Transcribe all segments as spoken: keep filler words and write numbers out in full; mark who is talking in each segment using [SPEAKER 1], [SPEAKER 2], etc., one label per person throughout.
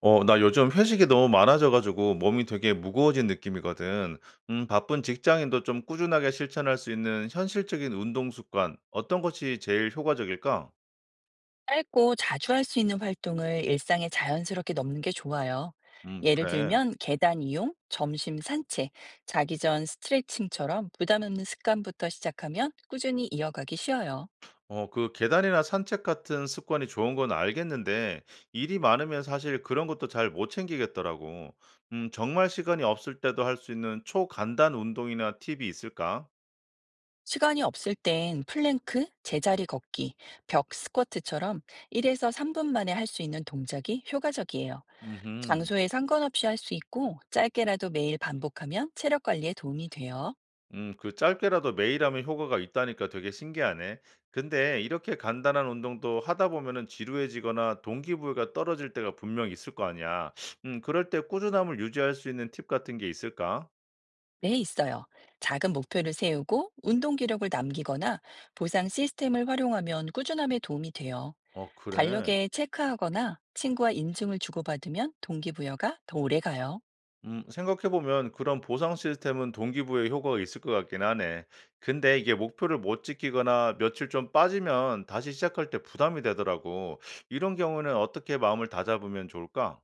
[SPEAKER 1] 어, 나 요즘 회식이 너무 많아져 가지고 몸이 되게 무거워진 느낌이거든. 음, 바쁜 직장인도 좀 꾸준하게 실천할 수 있는 현실적인 운동 습관, 어떤 것이 제일 효과적일까?
[SPEAKER 2] 짧고 자주 할 수 있는 활동을 일상에 자연스럽게 넣는 게 좋아요.
[SPEAKER 1] 음,
[SPEAKER 2] 예를
[SPEAKER 1] 그래.
[SPEAKER 2] 들면 계단 이용, 점심 산책, 자기 전 스트레칭처럼 부담 없는 습관부터 시작하면 꾸준히 이어가기 쉬워요.
[SPEAKER 1] 어, 그 계단이나 산책 같은 습관이 좋은 건 알겠는데, 일이 많으면 사실 그런 것도 잘 못 챙기겠더라고. 음, 정말 시간이 없을 때도 할 수 있는 초간단 운동이나 팁이 있을까?
[SPEAKER 2] 시간이 없을 땐 플랭크, 제자리 걷기, 벽 스쿼트처럼 일에서 삼 분 만에 할 수 있는 동작이 효과적이에요.
[SPEAKER 1] 음흠.
[SPEAKER 2] 장소에 상관없이 할 수 있고 짧게라도 매일 반복하면 체력 관리에 도움이 돼요.
[SPEAKER 1] 음, 그 짧게라도 매일 하면 효과가 있다니까 되게 신기하네. 근데 이렇게 간단한 운동도 하다 보면은 지루해지거나 동기부여가 떨어질 때가 분명 있을 거 아니야. 음, 그럴 때 꾸준함을 유지할 수 있는 팁 같은 게 있을까?
[SPEAKER 2] 네, 있어요. 작은 목표를 세우고 운동 기록을 남기거나 보상 시스템을 활용하면 꾸준함에 도움이 돼요.
[SPEAKER 1] 어, 그래.
[SPEAKER 2] 달력에 체크하거나 친구와 인증을 주고받으면 동기부여가 더 오래 가요.
[SPEAKER 1] 음, 생각해보면 그런 보상 시스템은 동기부여 효과가 있을 것 같긴 하네. 근데 이게 목표를 못 지키거나 며칠 좀 빠지면 다시 시작할 때 부담이 되더라고. 이런 경우는 어떻게 마음을 다잡으면 좋을까?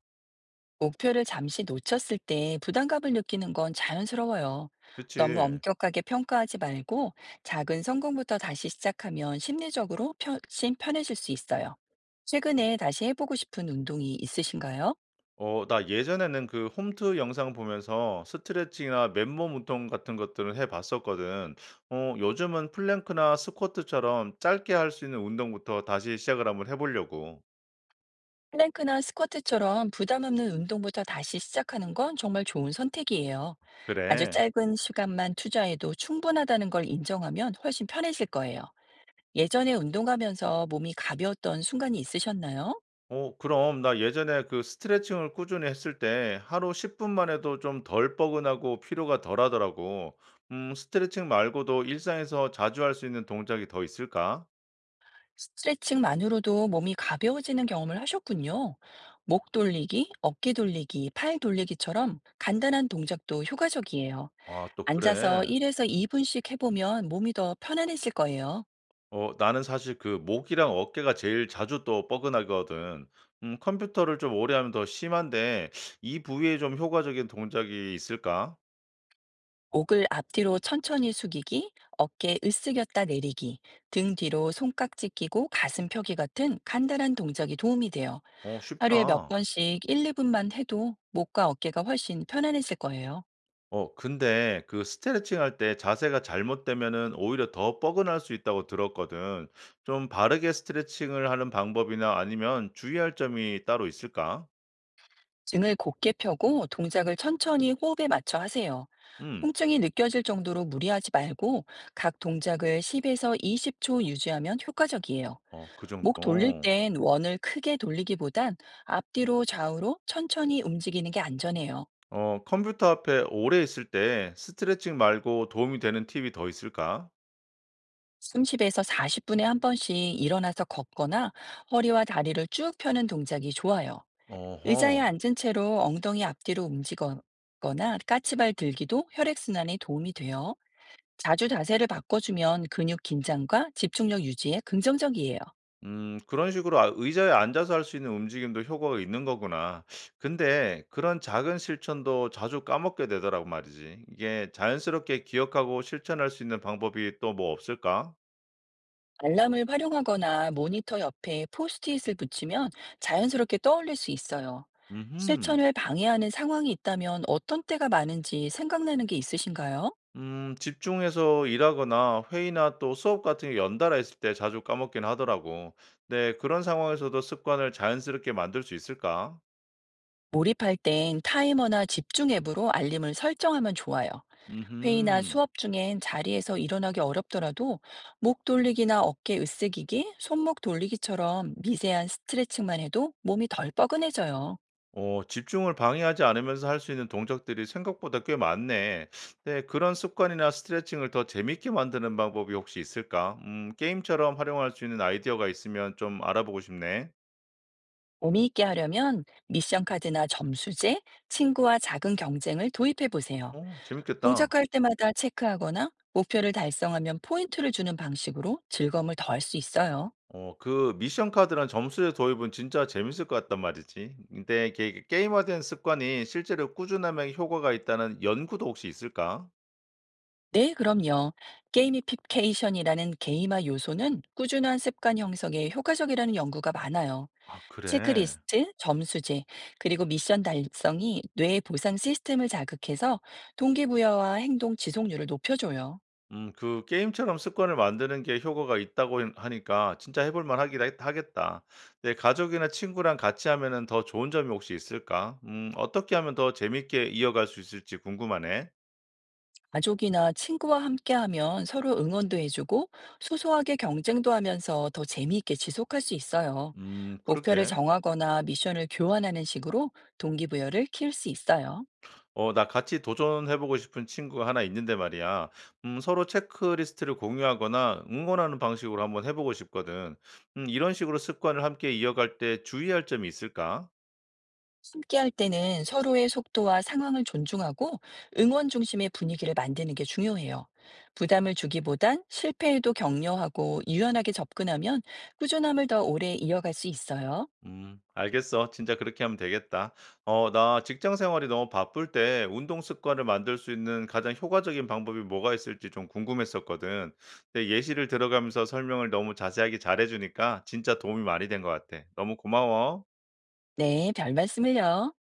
[SPEAKER 2] 목표를 잠시 놓쳤을 때 부담감을 느끼는 건 자연스러워요. 너무
[SPEAKER 1] 그치.
[SPEAKER 2] 엄격하게 평가하지 말고 작은 성공부터 다시 시작하면 심리적으로 훨씬 편해질 수 있어요. 최근에 다시 해보고 싶은 운동이 있으신가요?
[SPEAKER 1] 어 나 예전에는 그 홈트 영상 보면서 스트레칭이나 맨몸 운동 같은 것들은 해 봤었거든. 어 요즘은 플랭크나 스쿼트처럼 짧게 할 수 있는 운동부터 다시 시작을 한번 해 보려고.
[SPEAKER 2] 플랭크나 스쿼트처럼 부담 없는 운동부터 다시 시작하는 건 정말 좋은 선택이에요. 아주
[SPEAKER 1] 그래.
[SPEAKER 2] 짧은 시간만 투자해도 충분하다는 걸 인정하면 훨씬 편해질 거예요. 예전에 운동하면서 몸이 가벼웠던 순간이 있으셨나요?
[SPEAKER 1] 어 그럼 나 예전에 그 스트레칭을 꾸준히 했을 때 하루 십 분만 해도 좀 덜 뻐근하고 피로가 덜하더라고. 음 스트레칭 말고도 일상에서 자주 할 수 있는 동작이 더 있을까?
[SPEAKER 2] 스트레칭만으로도 몸이 가벼워지는 경험을 하셨군요. 목 돌리기, 어깨 돌리기, 팔 돌리기처럼 간단한 동작도 효과적이에요.
[SPEAKER 1] 아 또 그래.
[SPEAKER 2] 앉아서 일에서 이 분씩 해보면 몸이 더 편안해질 거예요.
[SPEAKER 1] 어 나는 사실 그 목이랑 어깨가 제일 자주 또 뻐근하거든. 음 컴퓨터를 좀 오래 하면 더 심한데 이 부위에 좀 효과적인 동작이 있을까?
[SPEAKER 2] 목을 앞뒤로 천천히 숙이기, 어깨 으쓱였다 내리기, 등 뒤로 손깍지 끼고 가슴 펴기 같은 간단한 동작이 도움이 돼요.
[SPEAKER 1] 어
[SPEAKER 2] 하루에 몇
[SPEAKER 1] 쉽다.
[SPEAKER 2] 번씩 일, 이 분만 해도 목과 어깨가 훨씬 편안해질 거예요.
[SPEAKER 1] 어 근데 그 스트레칭 할 때 자세가 잘못되면은 오히려 더 뻐근할 수 있다고 들었거든. 좀 바르게 스트레칭을 하는 방법이나 아니면 주의할 점이 따로 있을까?
[SPEAKER 2] 등을 곧게 펴고 동작을 천천히 호흡에 맞춰 하세요.
[SPEAKER 1] 음.
[SPEAKER 2] 통증이 느껴질 정도로 무리하지 말고 각 동작을 십에서 이십 초 유지하면 효과적이에요.
[SPEAKER 1] 어 그
[SPEAKER 2] 목
[SPEAKER 1] 정도.
[SPEAKER 2] 돌릴 땐 원을 크게 돌리기보단 앞뒤로 좌우로 천천히 움직이는 게 안전해요.
[SPEAKER 1] 어 컴퓨터 앞에 오래 있을 때 스트레칭 말고 도움이 되는 팁이 더 있을까?
[SPEAKER 2] 삼십에서 사십 분에 한 번씩 일어나서 걷거나 허리와 다리를 쭉 펴는 동작이 좋아요.
[SPEAKER 1] 어허.
[SPEAKER 2] 의자에 앉은 채로 엉덩이 앞뒤로 움직거나 까치발 들기도 혈액순환에 도움이 돼요. 자주 자세를 바꿔주면 근육 긴장과 집중력 유지에 긍정적이에요.
[SPEAKER 1] 음 그런 식으로 아 의자에 앉아서 할 수 있는 움직임도 효과가 있는 거구나. 근데 그런 작은 실천도 자주 까먹게 되더라고 말이지. 이게 자연스럽게 기억하고 실천할 수 있는 방법이 또 뭐 없을까?
[SPEAKER 2] 알람을 활용하거나 모니터 옆에 포스트잇을 붙이면 자연스럽게 떠올릴 수 있어요.
[SPEAKER 1] 음
[SPEAKER 2] 실천을 방해하는 상황이 있다면 어떤 때가 많은지 생각나는 게 있으신가요?
[SPEAKER 1] 음 집중해서 일하거나 회의나 또 수업 같은 게 연달아 있을 때 자주 까먹긴 하더라고. 네 그런 상황에서도 습관을 자연스럽게 만들 수 있을까?
[SPEAKER 2] 몰입할 땐 타이머나 집중 앱으로 알림을 설정하면 좋아요. 회의나
[SPEAKER 1] 음흠.
[SPEAKER 2] 수업 중엔 자리에서 일어나기 어렵더라도 목 돌리기나 어깨 으쓱이기, 손목 돌리기처럼 미세한 스트레칭만 해도 몸이 덜 뻐근해져요.
[SPEAKER 1] 어, 집중을 방해하지 않으면서 할 수 있는 동작들이 생각보다 꽤 많네. 네, 그런 습관이나 스트레칭을 더 재밌게 만드는 방법이 혹시 있을까? 음, 게임처럼 활용할 수 있는 아이디어가 있으면 좀 알아보고 싶네.
[SPEAKER 2] 몸이 있게 하려면 미션 카드나 점수제, 친구와 작은 경쟁을 도입해 보세요.
[SPEAKER 1] 어, 재밌겠다.
[SPEAKER 2] 동작할 때마다 체크하거나 목표를 달성하면 포인트를 주는 방식으로 즐거움을 더할 수 있어요.
[SPEAKER 1] 어, 그 미션 카드랑 점수의 도입은 진짜 재밌을 것 같단 말이지. 근데 이게 게임화된 습관이 실제로 꾸준하면 효과가 있다는 연구도 혹시 있을까?
[SPEAKER 2] 네, 그럼요. 게이미피케이션이라는 게임화 요소는 꾸준한 습관 형성에 효과적이라는 연구가 많아요.
[SPEAKER 1] 아, 그래.
[SPEAKER 2] 체크리스트, 점수제, 그리고 미션 달성이 뇌 보상 시스템을 자극해서 동기부여와 행동 지속률을 높여줘요.
[SPEAKER 1] 음 그 게임처럼 습관을 만드는 게 효과가 있다고 인 하니까 진짜 해볼 만하긴 하겠 하겠다. 내 가족이나 친구랑 같이 하면은 더 좋은 점이 혹시 있을까? 음 어떻게 하면 더 재밌게 이어갈 수 있을지 궁금하네.
[SPEAKER 2] 가족이나 친구와 함께하면 서로 응원도 해주고 소소하게 경쟁도 하면서 더 재미있게 지속할 수 있어요.
[SPEAKER 1] 음
[SPEAKER 2] 목표를
[SPEAKER 1] 그러게.
[SPEAKER 2] 정하거나 미션을 교환하는 식으로 동기부여를 키울 수 있어요.
[SPEAKER 1] 어 나 같이 도전해 보고 싶은 친구가 나 있는데 말이야. 음 서로 체크리스트를 공유하거나 응원하는 방식으로 한번 해 보고 싶거든. 음 이런 식으로 습관을 함께 이어갈 때 주의할 점이 있을까?
[SPEAKER 2] 함께할 때는 서로의 속도와 상황을 존중하고 응원 중심의 분위기를 만드는 게 중요해요. 부담을 주기보단 실패에도 격려하고 유연하게 접근하면 꾸준함을 더 오래 이어갈 수 있어요.
[SPEAKER 1] 음, 알겠어. 진짜 그렇게 하면 되겠다. 어, 나 직장 생활이 너무 바쁠 때 운동 습관을 만들 수 있는 가장 효과적인 방법이 뭐가 있을지 좀 궁금했었거든. 근데 예시를 들어가면서 설명을 너무 자세하게 잘해주니까 진짜 도움이 많이 된 것 같아. 너무 고마워.
[SPEAKER 2] 네, 별 말씀을요.